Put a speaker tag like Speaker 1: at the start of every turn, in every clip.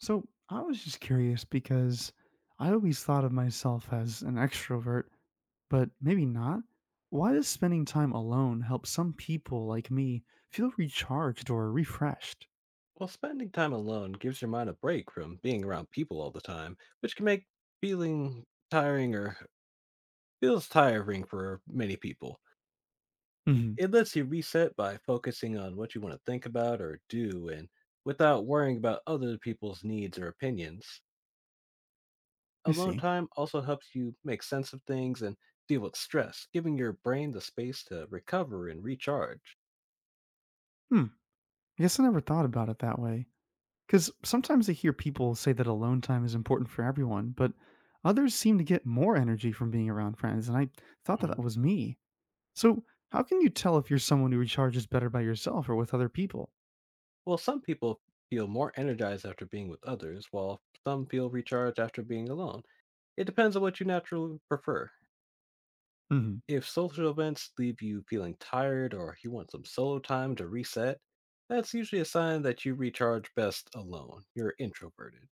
Speaker 1: So I was just curious because I always thought of myself as an extrovert, but maybe not. Why does spending time alone help some people like me feel recharged or refreshed?
Speaker 2: Well, spending time alone gives your mind a break from being around people all the time, which can make feeling tiring or feels tiring for many people.
Speaker 1: Hmm.
Speaker 2: It lets you reset by focusing on what you want to think about or do and without worrying about other people's needs or opinions.
Speaker 1: I
Speaker 2: Alone
Speaker 1: see.
Speaker 2: time also helps you make sense of things and deal with stress, giving your brain the space to recover and recharge.
Speaker 1: Hmm. I guess I never thought about it that way. Because sometimes I hear people say that alone time is important for everyone, but others seem to get more energy from being around friends, and I thought that
Speaker 2: Mhm.
Speaker 1: that was me. So, how can you tell if you're someone who recharges better by yourself or with other people?
Speaker 2: Well, some people feel more energized after being with others, while some feel recharged after being alone. It depends on what you naturally prefer.
Speaker 1: Hmm.
Speaker 2: If social events leave you feeling tired or you want some solo time to reset, that's usually a sign that you recharge best alone. You're introverted.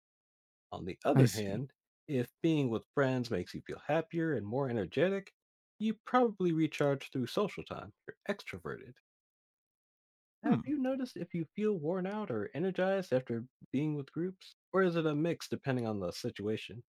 Speaker 2: On the
Speaker 1: I
Speaker 2: other
Speaker 1: see.
Speaker 2: hand, if being with friends makes you feel happier and more energetic, you probably recharge through social time. You're extroverted. Have
Speaker 1: Hmm.
Speaker 2: you noticed if you feel worn out or energized after being with groups? Or is it a mix depending on the situation?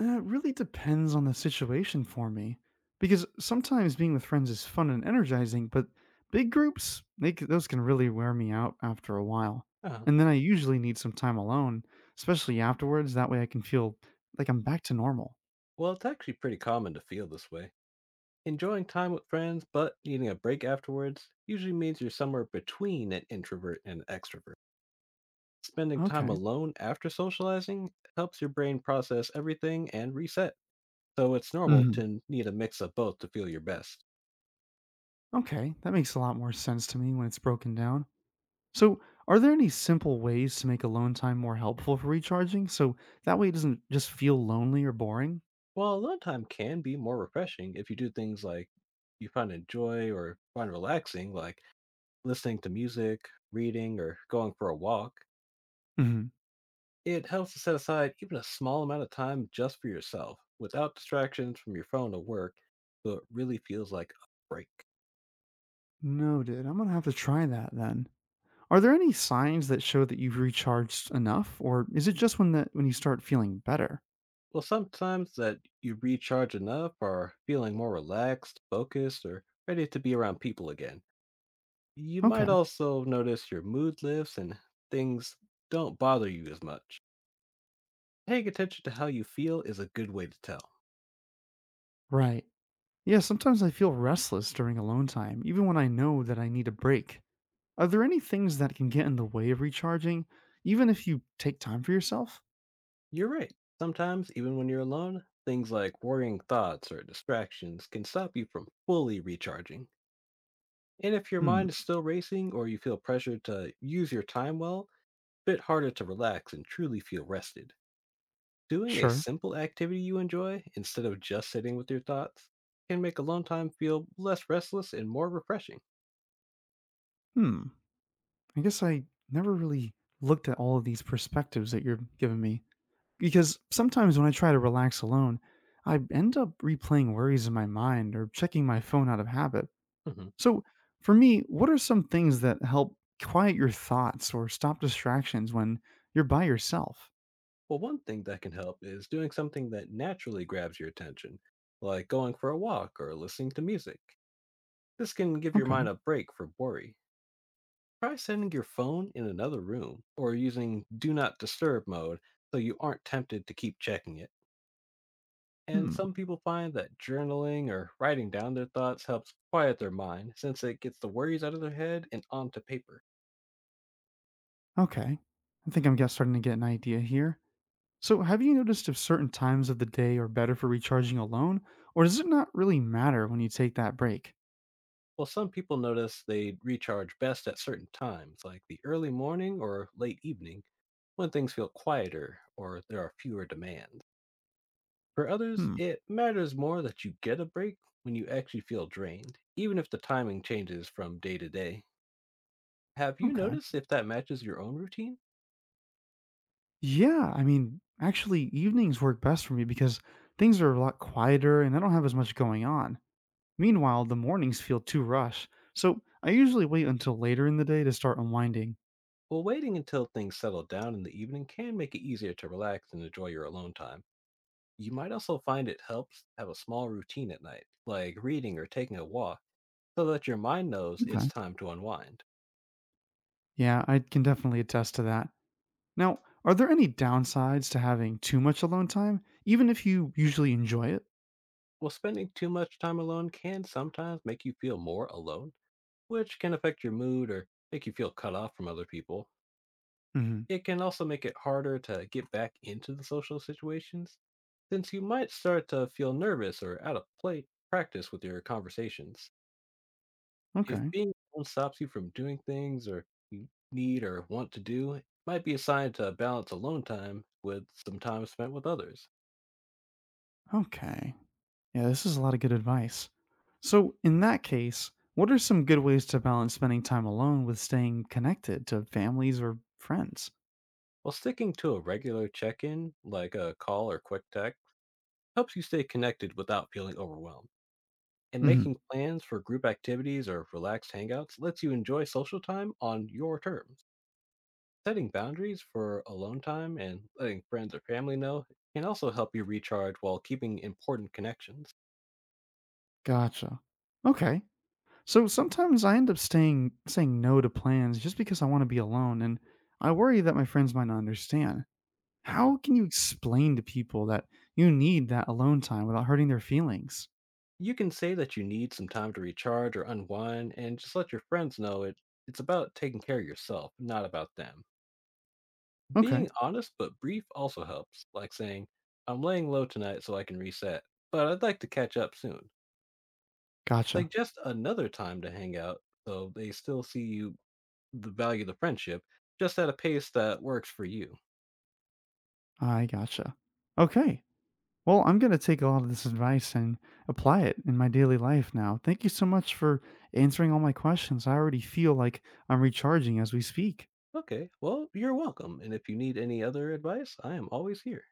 Speaker 1: It really depends on the situation for me. Because sometimes being with friends is fun and energizing, but big groups, those can really wear me out after a while.
Speaker 2: Uh,
Speaker 1: And then I usually need some time alone, especially afterwards. That way I can feel like I'm back to normal.
Speaker 2: well, it's actually pretty common to feel this way. Enjoying time with friends, but needing a break afterwards usually means you're somewhere between an introvert and an extrovert. Spending time
Speaker 1: Okay.
Speaker 2: alone after socializing helps your brain process everything and reset, so it's normal
Speaker 1: Hmm.
Speaker 2: to need a mix of both to feel your best.
Speaker 1: Okay, that makes a lot more sense to me when it's broken down. So, are there any simple ways to make alone time more helpful for recharging so that way it doesn't just feel lonely or boring?
Speaker 2: While alone time can be more refreshing if you do things like you find enjoy or find relaxing, like listening to music, reading, or going for a walk, it helps to set aside even a small amount of time just for yourself, without distractions from your phone or work, so it really feels like a break.
Speaker 1: Noted. I'm gonna have to try that then. Are there any signs that show that you've recharged enough, or is it just when you start feeling better?
Speaker 2: Well, sometimes that you recharge enough are feeling more relaxed, focused, or ready to be around people again. You might
Speaker 1: Okay.
Speaker 2: also notice your mood lifts and things don't bother you as much. Paying attention to how you feel is a good way to tell.
Speaker 1: Right. Yeah. Sometimes I feel restless during alone time, even when I know that I need a break. Are there any things that can get in the way of recharging, even if you take time for yourself?
Speaker 2: You're right. Sometimes, even when you're alone, things like worrying thoughts or distractions can stop you from fully recharging. And if your
Speaker 1: Hmm.
Speaker 2: mind is still racing or you feel pressured to use your time well, a bit harder to relax and truly feel rested. Doing a
Speaker 1: Sure.
Speaker 2: simple activity you enjoy instead of just sitting with your thoughts can make alone time feel less restless and more refreshing.
Speaker 1: Hmm. I guess I never really looked at all of these perspectives that you're giving me. Because sometimes when I try to relax alone, I end up replaying worries in my mind or checking my phone out of habit.
Speaker 2: Mhm.
Speaker 1: So, for me, what are some things that help quiet your thoughts or stop distractions when you're by yourself?
Speaker 2: Well, one thing that can help is doing something that naturally grabs your attention, like going for a walk or listening to music. This can give your mind
Speaker 1: Okay.
Speaker 2: a break from worry. Try setting your phone in another room or using do not disturb mode so you aren't tempted to keep checking it. And
Speaker 1: Hmm.
Speaker 2: some people find that journaling or writing down their thoughts helps quiet their mind since it gets the worries out of their head and onto paper.
Speaker 1: Okay. I think I'm get- starting to get an idea here. So, have you noticed if certain times of the day are better for recharging alone, or does it not really matter when you take that break?
Speaker 2: Well, some people notice they recharge best at certain times, like the early morning or late evening, when things feel quieter or there are fewer demands. For others,
Speaker 1: Hmm.
Speaker 2: it matters more that you get a break when you actually feel drained, even if the timing changes from day to day. Have you
Speaker 1: Okay.
Speaker 2: noticed if that matches your own routine?
Speaker 1: Yeah, I mean, actually, evenings work best for me because things are a lot quieter and I don't have as much going on. Meanwhile, the mornings feel too rushed, so I usually wait until later in the day to start unwinding.
Speaker 2: Well, waiting until things settle down in the evening can make it easier to relax and enjoy your alone time. You might also find it helps have a small routine at night, like reading or taking a walk, so that your mind knows it's
Speaker 1: Okay.
Speaker 2: time to unwind.
Speaker 1: Yeah, I can definitely attest to that. Now, are there any downsides to having too much alone time, even if you usually enjoy it?
Speaker 2: Well, spending too much time alone can sometimes make you feel more alone, which can affect your mood or make you feel cut off from other people.
Speaker 1: Hmm.
Speaker 2: It can also make it harder to get back into the social situations, since you might start to feel nervous or out of play practice with your conversations. If
Speaker 1: Okay,
Speaker 2: being alone stops you from doing things or you need or want to do, it might be a sign to balance alone time with some time spent with others.
Speaker 1: okay. Yeah, this is a lot of good advice. So, in that case, what are some good ways to balance spending time alone with staying connected to families or friends?
Speaker 2: While sticking to a regular check in, like a call or quick text, helps you stay connected without feeling overwhelmed. And
Speaker 1: Hmm.
Speaker 2: making plans for group activities or relaxed hangouts lets you enjoy social time on your terms. Setting boundaries for alone time and letting friends or family know can also help you recharge while keeping important connections.
Speaker 1: Gotcha. Okay. So sometimes I end up staying saying no to plans just because I want to be alone, and I worry that my friends might not understand.
Speaker 2: Uh-huh.
Speaker 1: How can you explain to people that you need that alone time without hurting their feelings?
Speaker 2: You can say that you need some time to recharge or unwind and just let your friends know it. It's about taking care of yourself, not about them.
Speaker 1: Okay.
Speaker 2: Being honest but brief also helps, like saying, "I'm laying low tonight so I can reset, but I'd like to catch up soon." Like
Speaker 1: Gotcha.
Speaker 2: just another time to hang out, so they still see you the value of the friendship, just at a pace that works for you.
Speaker 1: I gotcha. Okay. Well, I'm going to take a lot of this advice and apply it in my daily life now. Thank you so much for answering all my questions. I already feel like I'm recharging as we speak.
Speaker 2: Okay, well, you're welcome. And if you need any other advice, I am always here.